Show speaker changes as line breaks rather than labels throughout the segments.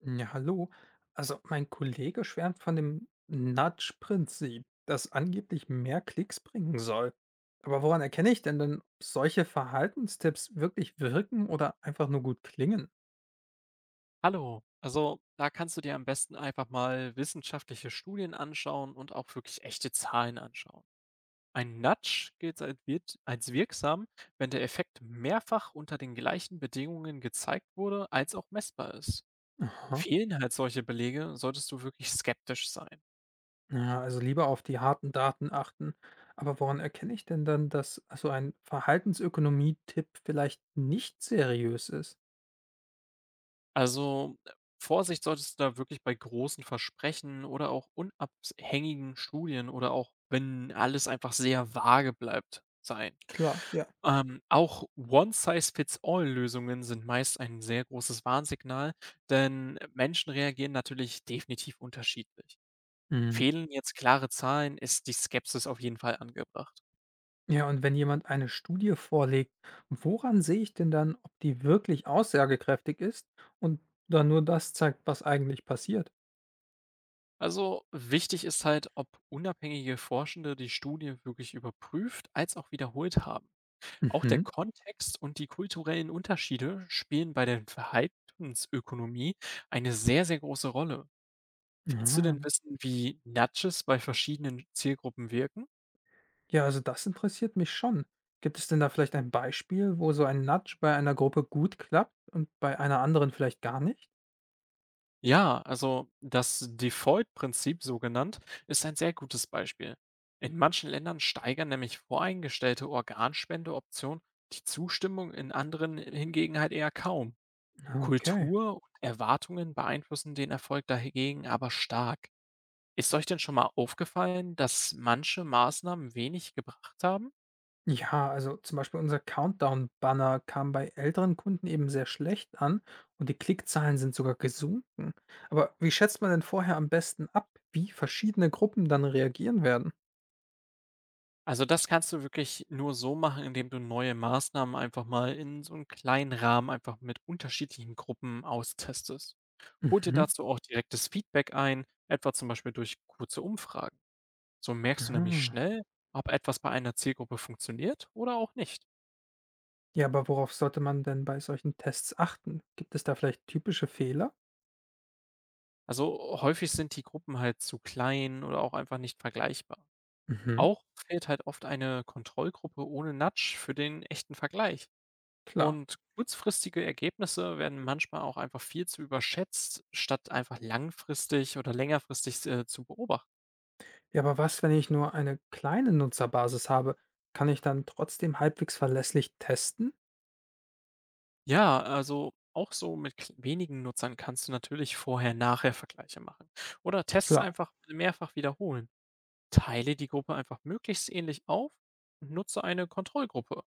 Ja, hallo. Also mein Kollege schwärmt von dem Nudge-Prinzip, das angeblich mehr Klicks bringen soll. Aber woran erkenne ich denn, ob solche Verhaltenstipps wirklich wirken oder einfach nur gut klingen?
Hallo, also da kannst du dir am besten einfach mal wissenschaftliche Studien anschauen und auch wirklich echte Zahlen anschauen. Ein Nudge gilt als als wirksam, wenn der Effekt mehrfach unter den gleichen Bedingungen gezeigt wurde, als auch messbar ist.
Aha.
Fehlen halt solche Belege, solltest du wirklich skeptisch sein.
Ja, also lieber auf die harten Daten achten. Aber woran erkenne ich denn dann, dass so ein Verhaltensökonomie-Tipp vielleicht nicht seriös ist?
Also Vorsicht solltest du da wirklich bei großen Versprechen oder auch unabhängigen Studien oder auch wenn alles einfach sehr vage bleibt sein.
Klar, ja.
Auch One-Size-Fits-All-Lösungen sind meist ein sehr großes Warnsignal, denn Menschen reagieren natürlich definitiv unterschiedlich. Fehlen jetzt klare Zahlen, ist die Skepsis auf jeden Fall angebracht.
Ja, und wenn jemand eine Studie vorlegt, woran sehe ich denn dann, ob die wirklich aussagekräftig ist und dann nur das zeigt, was eigentlich passiert?
Also wichtig ist halt, ob unabhängige Forschende die Studie wirklich überprüft, als auch wiederholt haben. Auch der
Mhm.
Kontext und die kulturellen Unterschiede spielen bei der Verhaltensökonomie eine sehr, sehr große Rolle. Willst du denn
Ah.
wissen, wie Nudges bei verschiedenen Zielgruppen wirken?
Ja, also das interessiert mich schon. Gibt es denn da vielleicht ein Beispiel, wo so ein Nudge bei einer Gruppe gut klappt und bei einer anderen vielleicht gar nicht?
Ja, also das Default-Prinzip, so genannt, ist ein sehr gutes Beispiel. In manchen Ländern steigern nämlich voreingestellte Organspendeoptionen die Zustimmung, in anderen hingegen halt eher kaum.
Ah, okay.
Kultur und Erwartungen beeinflussen den Erfolg dahingegen aber stark. Ist euch denn schon mal aufgefallen, dass manche Maßnahmen wenig gebracht haben?
Ja, also zum Beispiel unser Countdown-Banner kam bei älteren Kunden eben sehr schlecht an und die Klickzahlen sind sogar gesunken. Aber wie schätzt man denn vorher am besten ab, wie verschiedene Gruppen dann reagieren werden?
Also das kannst du wirklich nur so machen, indem du neue Maßnahmen einfach mal in so einen kleinen Rahmen einfach mit unterschiedlichen Gruppen austestest. Hol dir
Mhm.
dazu auch direktes Feedback ein, etwa zum Beispiel durch kurze Umfragen. So merkst du nämlich
Ah.
schnell, ob etwas bei einer Zielgruppe funktioniert oder auch nicht.
Ja, aber worauf sollte man denn bei solchen Tests achten? Gibt es da vielleicht typische Fehler?
Also häufig sind die Gruppen halt zu klein oder auch einfach nicht vergleichbar.
Mhm.
Auch fehlt halt oft eine Kontrollgruppe ohne Nudge für den echten Vergleich.
Klar.
Und kurzfristige Ergebnisse werden manchmal auch einfach viel zu überschätzt, statt einfach langfristig oder längerfristig zu beobachten.
Ja, aber was, wenn ich nur eine kleine Nutzerbasis habe? Kann ich dann trotzdem halbwegs verlässlich testen?
Ja, also auch so mit wenigen Nutzern kannst du natürlich Vorher-Nachher-Vergleiche machen oder Tests
Klar.
einfach mehrfach wiederholen. Teile die Gruppe einfach möglichst ähnlich auf und nutze eine Kontrollgruppe.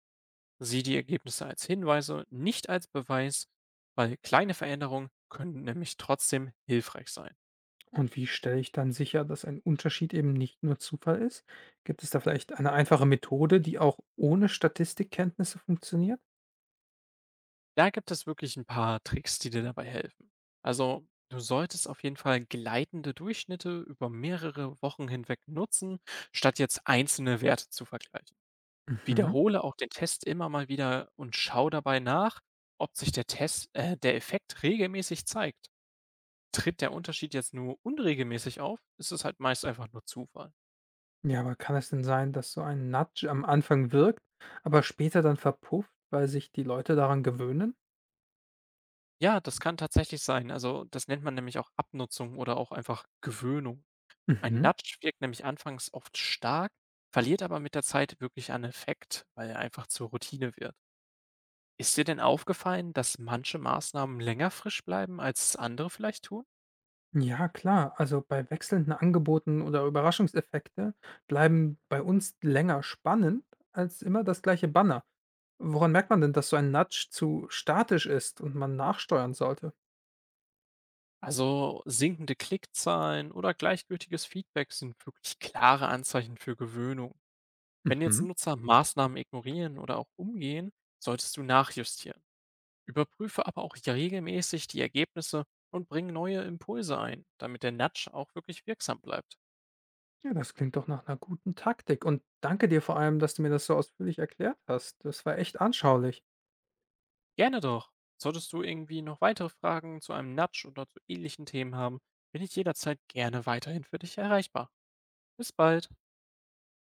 Sieh die Ergebnisse als Hinweise, nicht als Beweis, weil kleine Veränderungen können nämlich trotzdem hilfreich sein.
Und wie stelle ich dann sicher, dass ein Unterschied eben nicht nur Zufall ist? Gibt es da vielleicht eine einfache Methode, die auch ohne Statistikkenntnisse funktioniert?
Da gibt es wirklich ein paar Tricks, die dir dabei helfen. Also du solltest auf jeden Fall gleitende Durchschnitte über mehrere Wochen hinweg nutzen, statt jetzt einzelne Werte zu vergleichen.
Mhm.
Wiederhole auch den Test immer mal wieder und schau dabei nach, ob sich der Test der Effekt regelmäßig zeigt. Tritt der Unterschied jetzt nur unregelmäßig auf, ist es halt meist einfach nur Zufall.
Ja, aber kann es denn sein, dass so ein Nudge am Anfang wirkt, aber später dann verpufft, weil sich die Leute daran gewöhnen?
Ja, das kann tatsächlich sein. Also, das nennt man nämlich auch Abnutzung oder auch einfach Gewöhnung. Ein
Mhm.
Nudge wirkt nämlich anfangs oft stark, verliert aber mit der Zeit wirklich an Effekt, weil er einfach zur Routine wird. Ist dir denn aufgefallen, dass manche Maßnahmen länger frisch bleiben, als andere vielleicht tun?
Ja, klar. Also bei wechselnden Angeboten oder Überraschungseffekte bleiben bei uns länger spannend als immer das gleiche Banner. Woran merkt man denn, dass so ein Nudge zu statisch ist und man nachsteuern sollte?
Also sinkende Klickzahlen oder gleichgültiges Feedback sind wirklich klare Anzeichen für Gewöhnung. Wenn jetzt
Mhm.
Nutzer Mhm. Maßnahmen ignorieren oder auch umgehen, solltest du nachjustieren. Überprüfe aber auch regelmäßig die Ergebnisse und bring neue Impulse ein, damit der Nudge auch wirklich wirksam bleibt.
Ja, das klingt doch nach einer guten Taktik und danke dir vor allem, dass du mir das so ausführlich erklärt hast. Das war echt anschaulich.
Gerne doch. Solltest du irgendwie noch weitere Fragen zu einem Nudge oder zu ähnlichen Themen haben, bin ich jederzeit gerne weiterhin für dich erreichbar. Bis bald.